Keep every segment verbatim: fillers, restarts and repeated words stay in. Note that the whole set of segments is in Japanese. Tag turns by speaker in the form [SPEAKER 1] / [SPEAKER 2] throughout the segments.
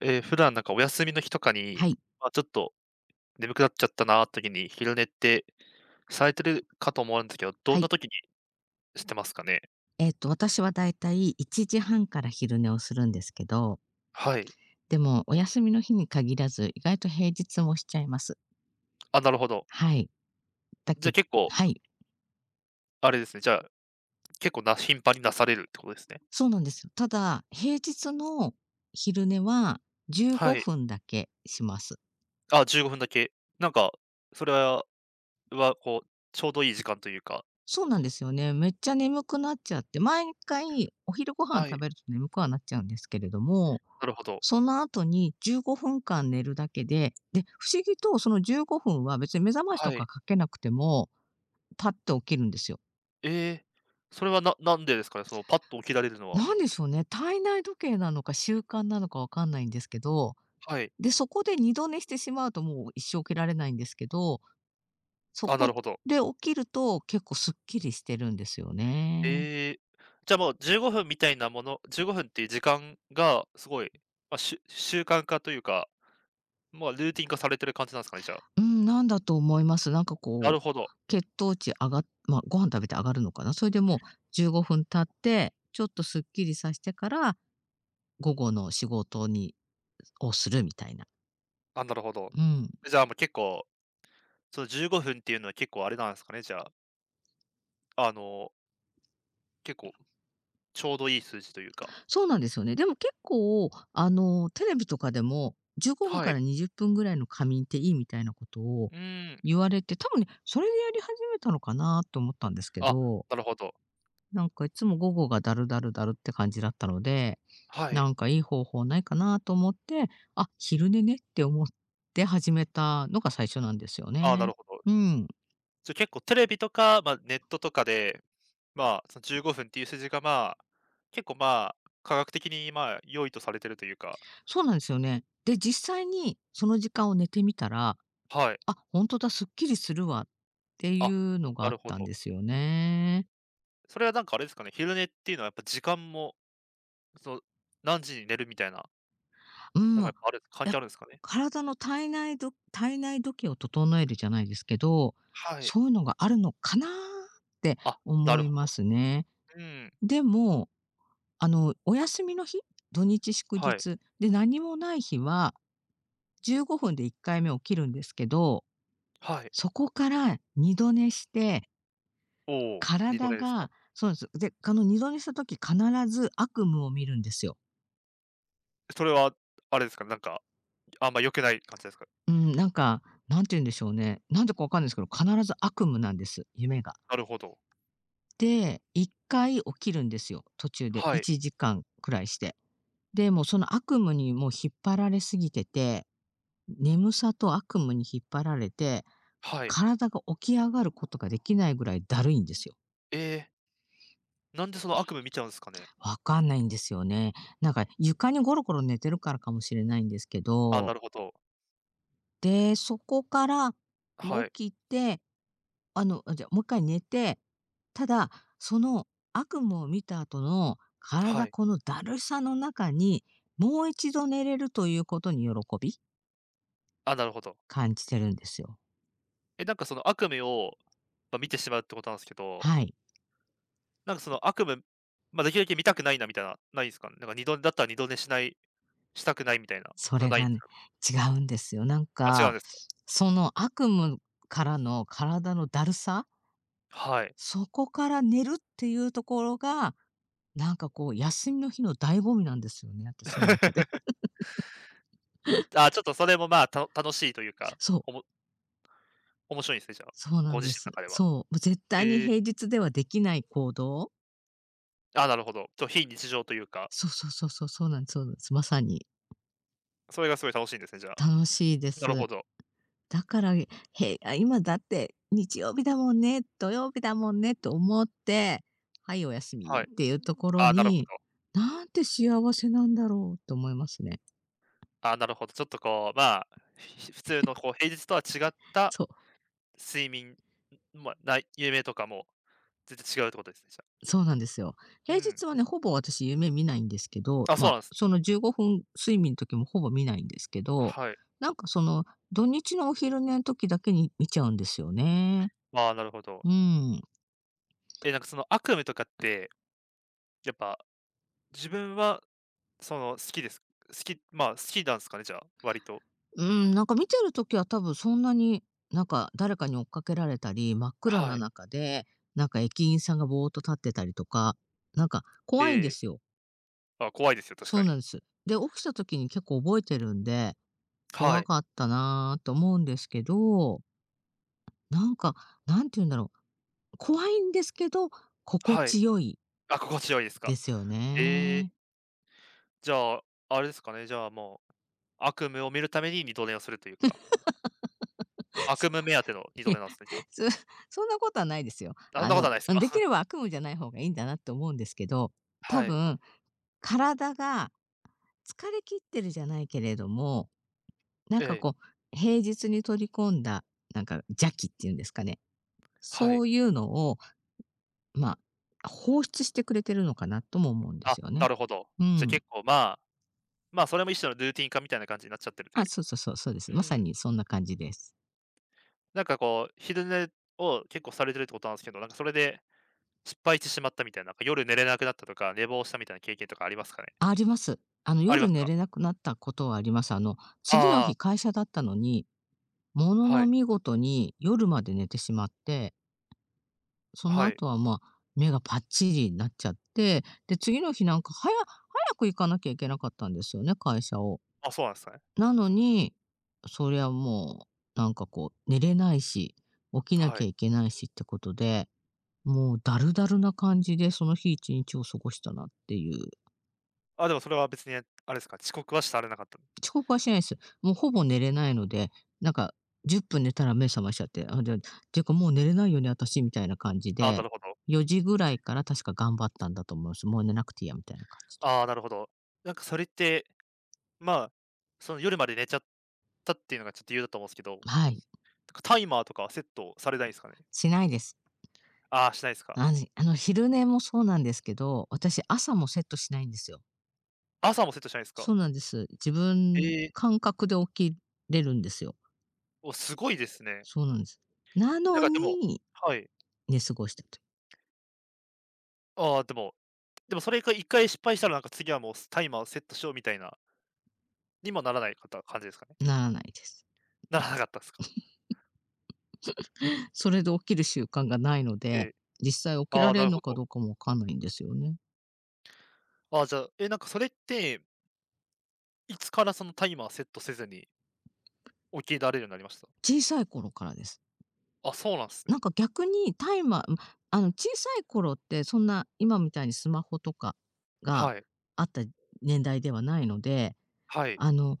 [SPEAKER 1] ええ、普段なんかお休みの日とか
[SPEAKER 2] は
[SPEAKER 1] に、
[SPEAKER 2] い。
[SPEAKER 1] まあ、ちょっと眠くなっちゃったなーって時に、昼寝ってされてるかと思うんですけど、
[SPEAKER 2] は
[SPEAKER 1] どん
[SPEAKER 2] い。
[SPEAKER 1] な時にしてますかね？
[SPEAKER 2] えっと、私はだいたいいちじはんから昼寝をするんですけど、
[SPEAKER 1] はい。
[SPEAKER 2] でもお休みの日に限らず、意外と平日もしちゃいます。
[SPEAKER 1] あ、なるほど。
[SPEAKER 2] はい。だ
[SPEAKER 1] じ
[SPEAKER 2] け
[SPEAKER 1] ゃ、結構
[SPEAKER 2] はい、
[SPEAKER 1] あれですね、じゃあ、結構な頻繁になされるってことですね。
[SPEAKER 2] そうなんですよ。ただ、平日の昼寝は15
[SPEAKER 1] はい。
[SPEAKER 2] 分だけします。
[SPEAKER 1] あ、じゅうごふんだけ。なんか、それはは、こう、ちょうどいい時間というか。
[SPEAKER 2] そうなんですよね。めっちゃ眠くなっちゃって、毎回お昼ご飯
[SPEAKER 1] は
[SPEAKER 2] 食
[SPEAKER 1] い、
[SPEAKER 2] べると眠くはなっちゃうんですけれども、
[SPEAKER 1] なるほど。
[SPEAKER 2] その後にじゅうごふんかん寝るだけで、で、不思議とそのじゅうごふんは別に目覚ましと
[SPEAKER 1] は
[SPEAKER 2] か
[SPEAKER 1] い。
[SPEAKER 2] かけなくても、パッと起きるんですよ。
[SPEAKER 1] ええ、それはななんでですかね？そのパッと起きられるのは。
[SPEAKER 2] なんでしょうね、体内時計なのか習慣なのかわかんないんですけど、
[SPEAKER 1] はい。
[SPEAKER 2] で、そこで二度寝してしまうともう一生起きられないんですけど、そ
[SPEAKER 1] あ、な
[SPEAKER 2] こ
[SPEAKER 1] るほど。
[SPEAKER 2] で起きると結構すっきりしてるんですよね。
[SPEAKER 1] ええ。じゃあ、もうじゅうごふんみたいなものじゅうごふんっていう時間がすごい、まあ、しゅ習慣化というか、まあ、ルーティン化されてる感じなんですかね、じゃあ。
[SPEAKER 2] うん、なんだと思います。なんか
[SPEAKER 1] な
[SPEAKER 2] こ
[SPEAKER 1] るほ
[SPEAKER 2] う、
[SPEAKER 1] ど。
[SPEAKER 2] 血糖値上がっまあ、ご飯食べて上がるのかな。それでもうじゅうごふん経って、ちょっとすっきりさしてから、午後の仕事にをするみたいな。
[SPEAKER 1] あ、なるほど。
[SPEAKER 2] うん。
[SPEAKER 1] じゃあ、もう結構、そのじゅうごふんっていうのは結構あれなんですかね、じゃあ、あの、結構ちょうどいい数字というか。
[SPEAKER 2] そうなんですよね。でも結構、あの、テレビとかでも、じゅうごふん
[SPEAKER 1] は
[SPEAKER 2] から
[SPEAKER 1] い。
[SPEAKER 2] にじゅっぷんぐらいの仮眠っていいみたいなことを
[SPEAKER 1] うーん。
[SPEAKER 2] 言われて、多分ね、それでやり始めたのかなと思ったんですけ
[SPEAKER 1] あ、
[SPEAKER 2] ど。
[SPEAKER 1] なるほど。
[SPEAKER 2] なんかいつも午後がだるだるだるって感じだったので、
[SPEAKER 1] はい。
[SPEAKER 2] なんかいい方法ないかなと思って、あ、昼寝ねって思って始めたのが最初なんですよ
[SPEAKER 1] あ、なる
[SPEAKER 2] ね。
[SPEAKER 1] ほど。
[SPEAKER 2] うん。
[SPEAKER 1] じゃ、結構テレビとか、まあ、ネットとかで、まあ、そのじゅうごふんっていう数字が、まあ、結構、まあ、科学的に、まあ、良いとされてるというか、
[SPEAKER 2] そうなんですよね。で、実際にその時間を寝てみたら、
[SPEAKER 1] はい。
[SPEAKER 2] あ、本当だ、すっきりするわってい
[SPEAKER 1] あ、
[SPEAKER 2] うのが
[SPEAKER 1] な
[SPEAKER 2] あっ
[SPEAKER 1] るほ
[SPEAKER 2] たん
[SPEAKER 1] ど。
[SPEAKER 2] ですよね。
[SPEAKER 1] それはなんかあれですかね、昼寝っていうのはやっぱ時間も、その、何時に寝るみたいな、
[SPEAKER 2] うん、
[SPEAKER 1] でもや
[SPEAKER 2] ま、
[SPEAKER 1] っぱあれ関
[SPEAKER 2] やっ
[SPEAKER 1] 係あるんですかね？
[SPEAKER 2] 体の体内ど体内時計を整えるじゃないですけど、
[SPEAKER 1] はい。
[SPEAKER 2] そういうのがあるのかなって
[SPEAKER 1] あ、な
[SPEAKER 2] 思
[SPEAKER 1] る
[SPEAKER 2] い
[SPEAKER 1] ほ
[SPEAKER 2] ま
[SPEAKER 1] ど。
[SPEAKER 2] すね。
[SPEAKER 1] うん、
[SPEAKER 2] でも、あの、お休みの日、土日祝
[SPEAKER 1] はい、
[SPEAKER 2] 日で何もない日は、じゅうごふんでいっかいめ起きるんですけど、
[SPEAKER 1] はい。
[SPEAKER 2] そこからにど寝して、
[SPEAKER 1] おお、二度
[SPEAKER 2] 体
[SPEAKER 1] 寝ですか？
[SPEAKER 2] がそうなんです。で、あの、にど寝した時必ず悪夢を見るんですよ。
[SPEAKER 1] それはあれですか、なんか、あんま良くない感じですか？
[SPEAKER 2] うん、なんか、何て言うんでしょうね、なんでかわかんないですけど、必ず悪夢なんです、夢が。
[SPEAKER 1] なるほど。
[SPEAKER 2] で、いっかい起きるんですよ、途中で
[SPEAKER 1] はい、
[SPEAKER 2] いちじかんくらいして。で、もうその悪夢にもう引っ張られすぎてて眠さと悪夢に引っ張られて、
[SPEAKER 1] はい。
[SPEAKER 2] 体が起き上がることができないぐらいだるいんですよ。
[SPEAKER 1] ええ、なんでその悪夢見ちゃうんですかね？
[SPEAKER 2] わかんないんですよね。なんか床にゴロゴロ寝てるからかもしれないんですけ
[SPEAKER 1] あ、な
[SPEAKER 2] ど、
[SPEAKER 1] るほど。
[SPEAKER 2] で、そこからもう
[SPEAKER 1] はい、
[SPEAKER 2] 起きて、あの、あ、じゃ、もう一回寝て、ただ、その悪夢を見た後の
[SPEAKER 1] は
[SPEAKER 2] 体、
[SPEAKER 1] い。
[SPEAKER 2] このだるさの中に、もう一度寝れるということに喜び、
[SPEAKER 1] あ、なるほど。
[SPEAKER 2] 感じてるんですよ。
[SPEAKER 1] え、なんかその悪夢を、ま、見てしまうってことなんですけど、
[SPEAKER 2] はい。
[SPEAKER 1] なんかその悪夢、まあ、できるだけ見たくないなみたいな、ないんすかね？なんか二度だったら二度寝しない、したくないみたいな、
[SPEAKER 2] そ
[SPEAKER 1] そんな
[SPEAKER 2] れ
[SPEAKER 1] ないん
[SPEAKER 2] が
[SPEAKER 1] です
[SPEAKER 2] ね、
[SPEAKER 1] かね？
[SPEAKER 2] 違うんですよ。なん
[SPEAKER 1] あ、違うん
[SPEAKER 2] か、
[SPEAKER 1] ですか？
[SPEAKER 2] その悪夢からの体のだるさ、
[SPEAKER 1] はい。
[SPEAKER 2] そこから寝るっていうところが、なんかこう休みの日の醍醐味なんですよね、私の中で。
[SPEAKER 1] あ、ちょっとそれもまあ、た楽しいというか、
[SPEAKER 2] そう、
[SPEAKER 1] おも面白いんですね、じゃあ、
[SPEAKER 2] そうなん
[SPEAKER 1] ご自
[SPEAKER 2] で
[SPEAKER 1] 身
[SPEAKER 2] す。
[SPEAKER 1] の中では。
[SPEAKER 2] そう、もう絶
[SPEAKER 1] え
[SPEAKER 2] 対に
[SPEAKER 1] ー、
[SPEAKER 2] 平日ではできない行動。
[SPEAKER 1] あ、なるほど。ちょ、非日常というか、
[SPEAKER 2] そうそうそうそう、そうなんですそうなんです。まさに。
[SPEAKER 1] それがすごい楽しいんですね、じゃあ。
[SPEAKER 2] 楽しいで
[SPEAKER 1] なるほ
[SPEAKER 2] す。
[SPEAKER 1] ど、
[SPEAKER 2] だから、へあ、今だって日曜日だもんね、土曜日だもんねと思って、はい、お休
[SPEAKER 1] は
[SPEAKER 2] み
[SPEAKER 1] い。
[SPEAKER 2] っていうところ
[SPEAKER 1] あ、なるほ
[SPEAKER 2] に、
[SPEAKER 1] ど。
[SPEAKER 2] なんて幸せなんだろうと思いますね。
[SPEAKER 1] あ、なるほど。ちょっとこう、まあ、ひ普通のこう平日とは違った
[SPEAKER 2] そう、
[SPEAKER 1] 睡眠、まあ、ない夢とかも全然違うってことですね、じゃあ。
[SPEAKER 2] そうなんですよ。
[SPEAKER 1] う
[SPEAKER 2] 平
[SPEAKER 1] ん。
[SPEAKER 2] 日はね、ほぼ私夢見ないんですけど、
[SPEAKER 1] あ、
[SPEAKER 2] ま
[SPEAKER 1] そう
[SPEAKER 2] あ、
[SPEAKER 1] なんです
[SPEAKER 2] そ
[SPEAKER 1] ね。
[SPEAKER 2] のじゅうごふん睡眠の時もほぼ見ないんですけど、
[SPEAKER 1] はい。
[SPEAKER 2] なんかその土日のお昼寝の時だけに見ちゃうんですよね。
[SPEAKER 1] ああ、なるほど。
[SPEAKER 2] うん。
[SPEAKER 1] え、なんかその悪夢とかって、やっぱ自分はその好きです。好き、まあ好きなんですかね、じゃあ、割と。
[SPEAKER 2] うん、なんか見てる時は多分そんなに、なんか誰かに追っかけられたり、真っ暗
[SPEAKER 1] は
[SPEAKER 2] な
[SPEAKER 1] い。
[SPEAKER 2] 中で、なんか駅員さんがぼーっと立ってたりとか、なんか
[SPEAKER 1] え
[SPEAKER 2] 怖いんで
[SPEAKER 1] え。
[SPEAKER 2] すよ。
[SPEAKER 1] あ、怖いですよ、確
[SPEAKER 2] そ
[SPEAKER 1] か
[SPEAKER 2] うなん
[SPEAKER 1] に。
[SPEAKER 2] です。で、起きた時に結構覚えてるんで、
[SPEAKER 1] は
[SPEAKER 2] 怖
[SPEAKER 1] い。
[SPEAKER 2] かったなーと思うんですけど、なんか、なんて言うんだろう、怖いんですけど、心
[SPEAKER 1] はい。
[SPEAKER 2] 地よい
[SPEAKER 1] あ、心地よいですか。
[SPEAKER 2] ですよ
[SPEAKER 1] ええ、
[SPEAKER 2] ね。
[SPEAKER 1] じゃあ、あれですかね、じゃあもう、悪夢を見るために二度寝をするというか、悪夢目当ての二
[SPEAKER 2] い
[SPEAKER 1] 度
[SPEAKER 2] や、
[SPEAKER 1] 寝なんですね、じゃあ。
[SPEAKER 2] そ そんなことはないですよ。
[SPEAKER 1] あん
[SPEAKER 2] あ
[SPEAKER 1] なことは
[SPEAKER 2] の、
[SPEAKER 1] ないです
[SPEAKER 2] でき
[SPEAKER 1] か？
[SPEAKER 2] れば悪夢じゃない方がいいんだなって思うんですけど、多
[SPEAKER 1] はい。
[SPEAKER 2] 分、体が疲れ切ってるじゃないけれども、なん
[SPEAKER 1] え
[SPEAKER 2] か
[SPEAKER 1] え、
[SPEAKER 2] こう、平日に取り込んだ、なんか邪気っていうんですかね。
[SPEAKER 1] は
[SPEAKER 2] そ
[SPEAKER 1] い。
[SPEAKER 2] ういうのを、まあ、放出してくれてるのかなとも思うんです
[SPEAKER 1] あ、
[SPEAKER 2] よ
[SPEAKER 1] な
[SPEAKER 2] ね。
[SPEAKER 1] るほど。
[SPEAKER 2] う
[SPEAKER 1] じゃ、
[SPEAKER 2] ん。
[SPEAKER 1] 結構まあ、まあ、それも一種のルーティン化みたいな感じになっちゃってるとい
[SPEAKER 2] あ、
[SPEAKER 1] う。
[SPEAKER 2] そうそうそう、そうです。
[SPEAKER 1] う
[SPEAKER 2] まさ
[SPEAKER 1] ん。
[SPEAKER 2] にそんな感じです。
[SPEAKER 1] なんかこう、昼寝を結構されてるってことなんですけど、なんかそれで失敗してしまったみたいな、なんか夜寝れなくなったとか、寝坊したみたいな経験とかありますかね？
[SPEAKER 2] あります。あの、
[SPEAKER 1] あり
[SPEAKER 2] 夜
[SPEAKER 1] ます
[SPEAKER 2] 寝
[SPEAKER 1] か？
[SPEAKER 2] れなくなったことはあります。あの、次の
[SPEAKER 1] あ
[SPEAKER 2] 日
[SPEAKER 1] あ、
[SPEAKER 2] 会社だったのに、もの
[SPEAKER 1] は
[SPEAKER 2] の
[SPEAKER 1] い、
[SPEAKER 2] 見事に夜まで寝てしまって、その
[SPEAKER 1] はい。
[SPEAKER 2] 後は、まあ、目がパッチリになっちゃって、で、次の日なんか早早く行かなきゃいけなかったんですよね、会社を。
[SPEAKER 1] あ、そうなんですね。
[SPEAKER 2] なのに、そりゃもう、なんかこう、寝れないし、起きな
[SPEAKER 1] は
[SPEAKER 2] きゃ
[SPEAKER 1] い。
[SPEAKER 2] いけないしってことで、もうだるだるな感じで、その日一日を過ごしたなっていう
[SPEAKER 1] あ、でもそれは別にあれですか、遅刻はされなかった。
[SPEAKER 2] 遅刻はしないです。もうほぼ寝れないので、なんかじゅっぷん寝たら目覚ましちゃって、あ、じゃあていうかもう寝れないよね、私みたいな感じ
[SPEAKER 1] ああ、な
[SPEAKER 2] で、
[SPEAKER 1] るほど。
[SPEAKER 2] よじぐらいから確か頑張ったんだと思います。もう寝なくていいやみたいな感じで。
[SPEAKER 1] ああ、なるほど。なんかそれって、まあ、その夜まで寝ちゃったっていうのがちょっと理由だと思うんですけど、なん
[SPEAKER 2] はい、
[SPEAKER 1] かタイマーとかはセットされないんですかね？
[SPEAKER 2] しないです。
[SPEAKER 1] ああ、しないですか。
[SPEAKER 2] あのあの昼寝もそうなんですけど、私朝もセットしないんですよ。
[SPEAKER 1] 朝もセットしないですか？
[SPEAKER 2] そうなんです。自
[SPEAKER 1] え
[SPEAKER 2] 分
[SPEAKER 1] えー、
[SPEAKER 2] 感覚で起きれるんですよ。
[SPEAKER 1] お、すごいですね。
[SPEAKER 2] そうなんです。な
[SPEAKER 1] な
[SPEAKER 2] の
[SPEAKER 1] んかでも、
[SPEAKER 2] に、
[SPEAKER 1] はい。
[SPEAKER 2] 寝過ごしたと。
[SPEAKER 1] ああ、でも、でもそれが一回失敗したら、なんか次はもうタイマーをセットしようみたいな、にもならないかった感じですかね？
[SPEAKER 2] ならないです。
[SPEAKER 1] ならなかったですか？
[SPEAKER 2] それで起きる習慣がないの
[SPEAKER 1] え
[SPEAKER 2] で、
[SPEAKER 1] え。
[SPEAKER 2] 実際起き
[SPEAKER 1] あ
[SPEAKER 2] ら
[SPEAKER 1] あ、
[SPEAKER 2] れ
[SPEAKER 1] な
[SPEAKER 2] る
[SPEAKER 1] る
[SPEAKER 2] の
[SPEAKER 1] ほ
[SPEAKER 2] か
[SPEAKER 1] ど。
[SPEAKER 2] どうかもわかんないんですよね。
[SPEAKER 1] ああ、じゃあ、え、なんかそれって、いつからそのタイマーセットせずに起きられるようになりました？
[SPEAKER 2] 小さい頃からです。
[SPEAKER 1] あ、そうなんす
[SPEAKER 2] なん
[SPEAKER 1] ね。
[SPEAKER 2] か逆にタイマー、あの小さい頃ってそんな今みたいにスマホとかが
[SPEAKER 1] はい、
[SPEAKER 2] あった年代ではないので、
[SPEAKER 1] はい。
[SPEAKER 2] あの、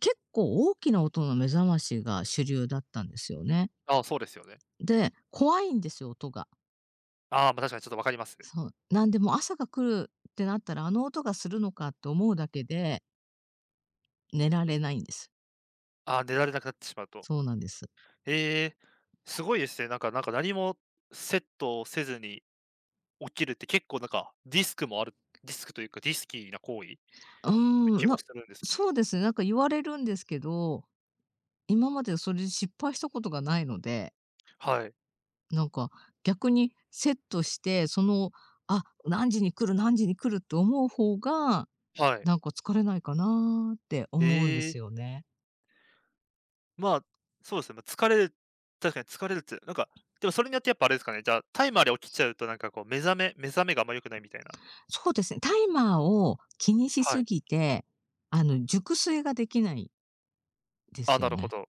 [SPEAKER 2] 結構大きな音の目覚ましが主流だったんですよね。
[SPEAKER 1] ああ、そうですよね。
[SPEAKER 2] で、怖いんですよ、音が。
[SPEAKER 1] ああ、ま、確かにちょっと分かりますね。
[SPEAKER 2] そう。なんでもう朝が来るってなったら、あの音がするのかって思うだけで、寝られないんです。
[SPEAKER 1] ああ、寝られなくなってしまうと。
[SPEAKER 2] そうなんです。
[SPEAKER 1] ええ、すごいですね。なんかなんか何もセットをせずに起きるって結構なんか、リスクもあるリスクというか、リスキーな行為って
[SPEAKER 2] うーん、
[SPEAKER 1] 気も
[SPEAKER 2] な
[SPEAKER 1] するんですけど。
[SPEAKER 2] そうですね、なんか言われるんですけど、今までそれで失敗したことがないので、
[SPEAKER 1] はい、
[SPEAKER 2] なんか逆にセットして、その、あ、何時に来る何時に来るって思う方が、
[SPEAKER 1] はい。
[SPEAKER 2] なんか疲れないかなって思うんで
[SPEAKER 1] ええ、
[SPEAKER 2] すよね。
[SPEAKER 1] まあ、そうですね、まあ、疲れる確かに疲れるって、なんか、でもそれによってやっぱあれですかね、じゃあ、タイマーで起きちゃうとなんかこう目覚め目覚めがあんま良くないみたいな。
[SPEAKER 2] そうですね、タイマーを気にし
[SPEAKER 1] は
[SPEAKER 2] す
[SPEAKER 1] い。
[SPEAKER 2] ぎて、あの、熟睡ができないで
[SPEAKER 1] あ、
[SPEAKER 2] す
[SPEAKER 1] な
[SPEAKER 2] よ
[SPEAKER 1] るほ
[SPEAKER 2] ね。
[SPEAKER 1] ど。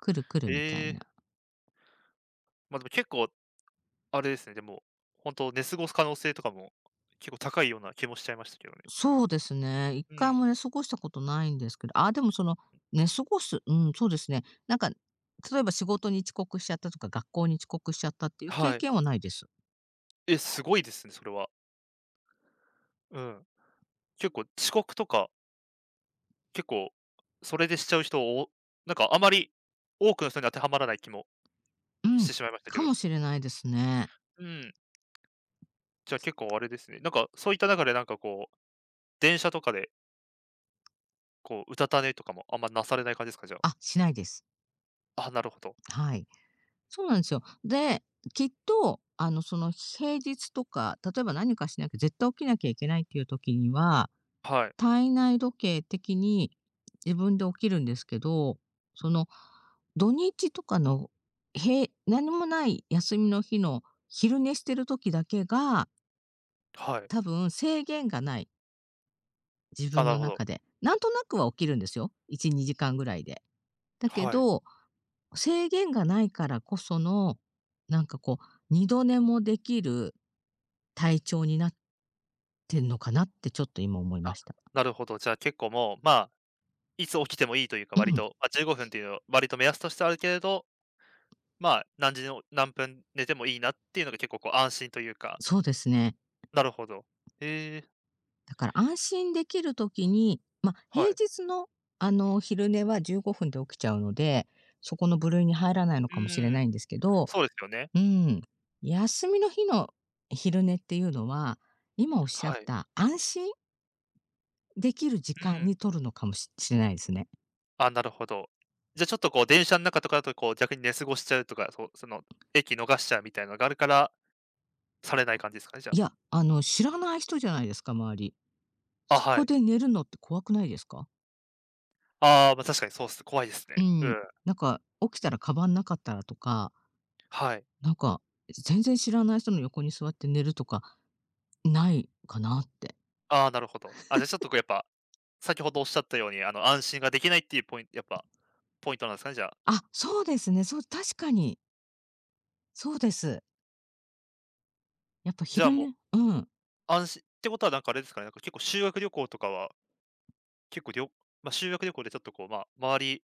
[SPEAKER 2] 来る来る
[SPEAKER 1] え
[SPEAKER 2] みたいな。
[SPEAKER 1] え、ま、でも結構あれですね、でも、本当寝過ごす可能性とかも結構高いような気もしちゃいましたけどね。
[SPEAKER 2] そうですね。一
[SPEAKER 1] う
[SPEAKER 2] 回
[SPEAKER 1] ん。
[SPEAKER 2] も寝過ごしたことないんですけど、あ、でもその、寝過ごす、うん、そうですね。なんか、例えば仕事に遅刻しちゃったとか、学校に遅刻しちゃったっていう経
[SPEAKER 1] はい。
[SPEAKER 2] 験はないです。
[SPEAKER 1] え、すごいですね、それは。うん。結構遅刻とか、結構それでしちゃう人を、なんかあまり多くの人に当てはまらない気も
[SPEAKER 2] う
[SPEAKER 1] し
[SPEAKER 2] ん、
[SPEAKER 1] てしまいましたけ
[SPEAKER 2] か
[SPEAKER 1] ど。
[SPEAKER 2] もしれないですね。
[SPEAKER 1] うん。じゃあ結構あれですね。なんか、そういった中でなんかこう、電車とかで、こう、うたた寝とかもあんまなされない感じですか？じゃあ。
[SPEAKER 2] あ、しないです。
[SPEAKER 1] あ、なるほど。
[SPEAKER 2] はい。そうなんですよ。で、きっと、あの、その平日とか、例えば何かしなきゃ、絶対起きなきゃいけないっていう時には、
[SPEAKER 1] はい。
[SPEAKER 2] 体内時計的に自分で起きるんですけど、その、土日とかの、へい何もない休みの日の昼寝してる時だけが、
[SPEAKER 1] はい。
[SPEAKER 2] 多分制限がない、自
[SPEAKER 1] あ、
[SPEAKER 2] 分
[SPEAKER 1] な
[SPEAKER 2] の
[SPEAKER 1] るほど。
[SPEAKER 2] 中で。なんとなくは起きるんですよ、いち、にじかんぐらいで。だけ
[SPEAKER 1] はい。
[SPEAKER 2] ど、制限がないからこその、なんかこう、二度寝もできる体調になってんのかなってちょっと今思いま
[SPEAKER 1] あ、
[SPEAKER 2] した。
[SPEAKER 1] なるほど。じゃあ結構もう、まあ、いつ起きてもいいというか、
[SPEAKER 2] う
[SPEAKER 1] 割
[SPEAKER 2] ん、
[SPEAKER 1] と、まあ、じゅうごふんっていうのは割と目安としてあるけれど、まあ、何時の何分寝てもいいなっていうのが結構こう安心というか。
[SPEAKER 2] そうですね。
[SPEAKER 1] なるほど。へえ、
[SPEAKER 2] だから安心できる時に、まあ、
[SPEAKER 1] は
[SPEAKER 2] 平
[SPEAKER 1] い。
[SPEAKER 2] 日の、あの、昼寝はじゅうごふんで起きちゃうので、そこの部類に入らないの
[SPEAKER 1] う
[SPEAKER 2] かもしれ
[SPEAKER 1] ー
[SPEAKER 2] な
[SPEAKER 1] ん、
[SPEAKER 2] いんですけど、
[SPEAKER 1] そうですよね。
[SPEAKER 2] うん、休みの日の昼寝っていうのは、今おっしゃ
[SPEAKER 1] は
[SPEAKER 2] っ
[SPEAKER 1] い。
[SPEAKER 2] た安心できる時
[SPEAKER 1] う
[SPEAKER 2] 間
[SPEAKER 1] ん。
[SPEAKER 2] に取るのかもししれないですね。
[SPEAKER 1] あ、なるほど。じゃ、あ、ちょっとこう電車の中とかだと、こう逆に寝過ごしちゃうとか、そう、その、駅逃しちゃうみたいなのがあるから、されない感じですかね、じゃ
[SPEAKER 2] い
[SPEAKER 1] あ。
[SPEAKER 2] や、あの、知らない人じゃないですか、周り。
[SPEAKER 1] あ、
[SPEAKER 2] そ
[SPEAKER 1] は
[SPEAKER 2] こ
[SPEAKER 1] い。
[SPEAKER 2] で寝るのって怖くないですか？
[SPEAKER 1] ああ、ま、確かにそうっす、怖いです
[SPEAKER 2] う
[SPEAKER 1] ね。う
[SPEAKER 2] ん、
[SPEAKER 1] ん。
[SPEAKER 2] なんか起きたらカバンなかったらとか、
[SPEAKER 1] はい。
[SPEAKER 2] なんか全然知らない人の横に座って寝るとか、ないかなって。
[SPEAKER 1] ああ、なるほど。あ、じゃ、あ、ちょっとこうやっぱ、先ほどおっしゃったように、あの、安心ができないっていうポイントやっぱ、ポイントなんですかね、じゃあ。
[SPEAKER 2] あ、そうですね。そう、確かに。そうです。やっぱ
[SPEAKER 1] じゃあ、
[SPEAKER 2] 昼
[SPEAKER 1] もう、
[SPEAKER 2] 寝うん。
[SPEAKER 1] 安心ってことはなんかあれですかね、なんか結構修学旅行とかは、結構りょま、修学旅行でちょっとこう、まあ、周り、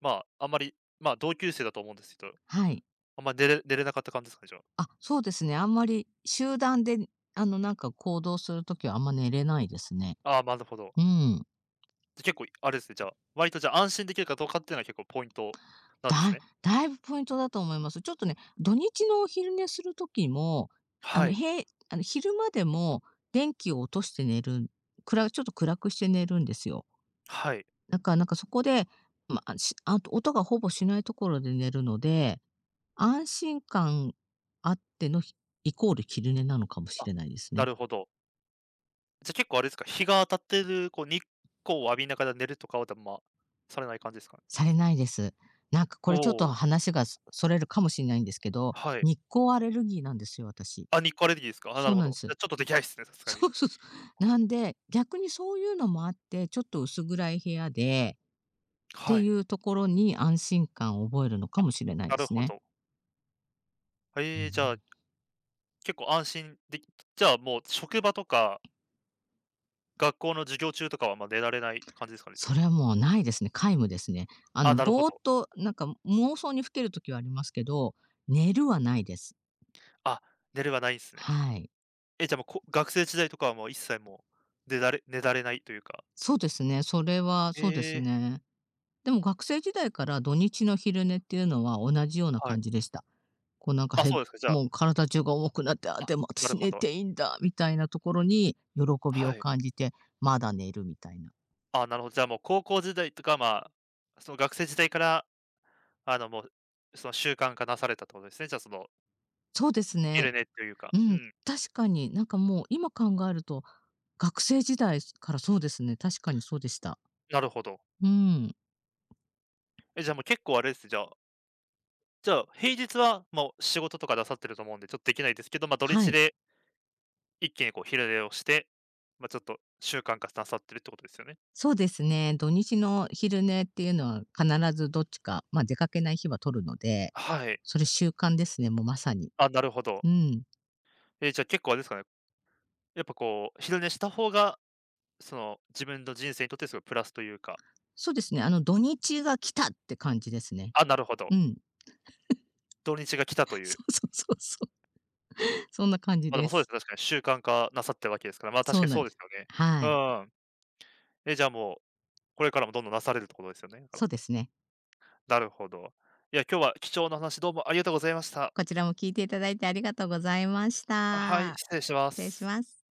[SPEAKER 1] まあ、あんまり、ま、あ同級生だと思うんですけど、
[SPEAKER 2] はい。
[SPEAKER 1] あんまり寝れ寝れなかった感じですかね、じゃあ。
[SPEAKER 2] あ、そうですね。あんまり集団で、あの、なんか行動するときはあんま寝れないですね。
[SPEAKER 1] ああ、なるほど。
[SPEAKER 2] うん。
[SPEAKER 1] 結構あれですね、じゃあ、割とじゃあ安心できるかどうかっていうのは結構ポイントなん
[SPEAKER 2] だ
[SPEAKER 1] ですね。
[SPEAKER 2] だいぶポイントだと思います。ちょっとね、土日のお昼寝するときも、あ
[SPEAKER 1] は
[SPEAKER 2] の、
[SPEAKER 1] い、
[SPEAKER 2] へあの、昼間でも電気を落として寝る暗ちょっと暗くして寝るんですよ。
[SPEAKER 1] はい。
[SPEAKER 2] だからなんかそこで、ま、あしあと音がほぼしないところで寝るので安心感あっての、ひイコール昼寝なのかもし
[SPEAKER 1] あ、
[SPEAKER 2] れないです
[SPEAKER 1] な
[SPEAKER 2] ね。
[SPEAKER 1] るほど。じゃ、結構あれですか、日が当たってるこう日光を浴びながら寝るとかは、まま、されない感じですかね？
[SPEAKER 2] されないです。なんかこ
[SPEAKER 1] お、
[SPEAKER 2] れちょっと
[SPEAKER 1] お、
[SPEAKER 2] 話がそそれるかもしれないんですけど、
[SPEAKER 1] はい。
[SPEAKER 2] 日光アレルギーなんですよ、私。
[SPEAKER 1] あ、日光アレルギーですか？あ、な
[SPEAKER 2] そう
[SPEAKER 1] るほ
[SPEAKER 2] なんで
[SPEAKER 1] ど。
[SPEAKER 2] す。
[SPEAKER 1] じゃ、ちょっとできないっすね、さ すがに。
[SPEAKER 2] そうそうそう。なんで、逆にそういうのもあって、ちょっと薄暗い部屋でって
[SPEAKER 1] は
[SPEAKER 2] い
[SPEAKER 1] い。
[SPEAKER 2] うところに安心感を覚えるのか
[SPEAKER 1] あ、
[SPEAKER 2] もしれない
[SPEAKER 1] な
[SPEAKER 2] で
[SPEAKER 1] る
[SPEAKER 2] す
[SPEAKER 1] ほ
[SPEAKER 2] ね。
[SPEAKER 1] ど。
[SPEAKER 2] う
[SPEAKER 1] ええ、じゃあ、
[SPEAKER 2] ん。
[SPEAKER 1] 結構安心できじゃあもう職場とか、学校の授業中とかは、ま、あ寝られない感じですかね、じゃ
[SPEAKER 2] それはもうないですね。皆無ですね。あ
[SPEAKER 1] あ。あ、
[SPEAKER 2] の、
[SPEAKER 1] なるほ
[SPEAKER 2] ぼーっ
[SPEAKER 1] ど。
[SPEAKER 2] となんか妄想にふける時はありますけど、寝るはないです。
[SPEAKER 1] あ、寝れはないんですね。
[SPEAKER 2] はい。
[SPEAKER 1] え、じゃ、もう、こ学生時代とかはもう一切もう、ねだれねだれないというか。
[SPEAKER 2] そうですね。それは
[SPEAKER 1] え
[SPEAKER 2] そうです
[SPEAKER 1] え、
[SPEAKER 2] ね。でも学生時代から土日の昼寝っていうのは同じような
[SPEAKER 1] は
[SPEAKER 2] 感
[SPEAKER 1] い。
[SPEAKER 2] じでした。こうなんか
[SPEAKER 1] あ、
[SPEAKER 2] へ
[SPEAKER 1] そうですか、じゃ
[SPEAKER 2] も
[SPEAKER 1] あ、
[SPEAKER 2] う体中が重くなって、あ、
[SPEAKER 1] あ、
[SPEAKER 2] でも
[SPEAKER 1] なる
[SPEAKER 2] 私
[SPEAKER 1] ほ
[SPEAKER 2] 寝
[SPEAKER 1] ど。
[SPEAKER 2] ていいんだみたいなところに喜びを
[SPEAKER 1] はい。
[SPEAKER 2] 感じて、まだ寝るみたいな。
[SPEAKER 1] あ、なるほど、じゃあ、もう高校時代とか、まあ、その学生時代から、あの、もう、その習慣化なされたってことですね。じゃあ、その、
[SPEAKER 2] そうですね。
[SPEAKER 1] 昼寝というか、
[SPEAKER 2] う
[SPEAKER 1] う
[SPEAKER 2] ん、
[SPEAKER 1] ん、
[SPEAKER 2] 確かになんかもう今考えると、学生時代からそうですね、確かにそうでした。
[SPEAKER 1] なるほど。
[SPEAKER 2] うん、
[SPEAKER 1] え、じゃあ、もう結構あれですね、じゃあじゃあ、平日はもう仕事とかなさってると思うんで、ちょっとできないですけど、ま、土
[SPEAKER 2] は
[SPEAKER 1] 日
[SPEAKER 2] い。
[SPEAKER 1] で一気にこう昼寝をして、ま、ちょっと習慣化なさってるってことですよね。
[SPEAKER 2] そうですね。土日の昼寝っていうのは必ずどっちか、まあ、出かけない日は取るので、
[SPEAKER 1] はい。
[SPEAKER 2] それ習慣ですね、もうまさに。
[SPEAKER 1] あ、なるほど。
[SPEAKER 2] うん。
[SPEAKER 1] え、じゃあ結構あれですかね、やっぱこう、昼寝した方が、その、自分の人生にとってすごいプラスというか、
[SPEAKER 2] そうですね、あの土日が来たって感じですね。
[SPEAKER 1] あ、なるほど、
[SPEAKER 2] うん。
[SPEAKER 1] 土日が来たと い
[SPEAKER 2] そ
[SPEAKER 1] う。
[SPEAKER 2] うそうそうそう。そんな感じ
[SPEAKER 1] ま、で
[SPEAKER 2] で
[SPEAKER 1] もそうで
[SPEAKER 2] す。
[SPEAKER 1] すね、確かに習慣化なさってるわけですから、ま、あ確
[SPEAKER 2] そう
[SPEAKER 1] かに
[SPEAKER 2] なん
[SPEAKER 1] そう
[SPEAKER 2] で
[SPEAKER 1] です
[SPEAKER 2] す。
[SPEAKER 1] よね。
[SPEAKER 2] は
[SPEAKER 1] う
[SPEAKER 2] い。
[SPEAKER 1] ん。え、じゃあもう、これからもどんどんなされるってことですよね、だから。
[SPEAKER 2] そうですね。
[SPEAKER 1] なるほど。いや、今日は貴重な話どうもありがとうございました。
[SPEAKER 2] こちらも聞いていただいてありがとうございまし
[SPEAKER 1] あ、はい、
[SPEAKER 2] た。
[SPEAKER 1] 失礼しま
[SPEAKER 2] 失礼し
[SPEAKER 1] す。
[SPEAKER 2] ます。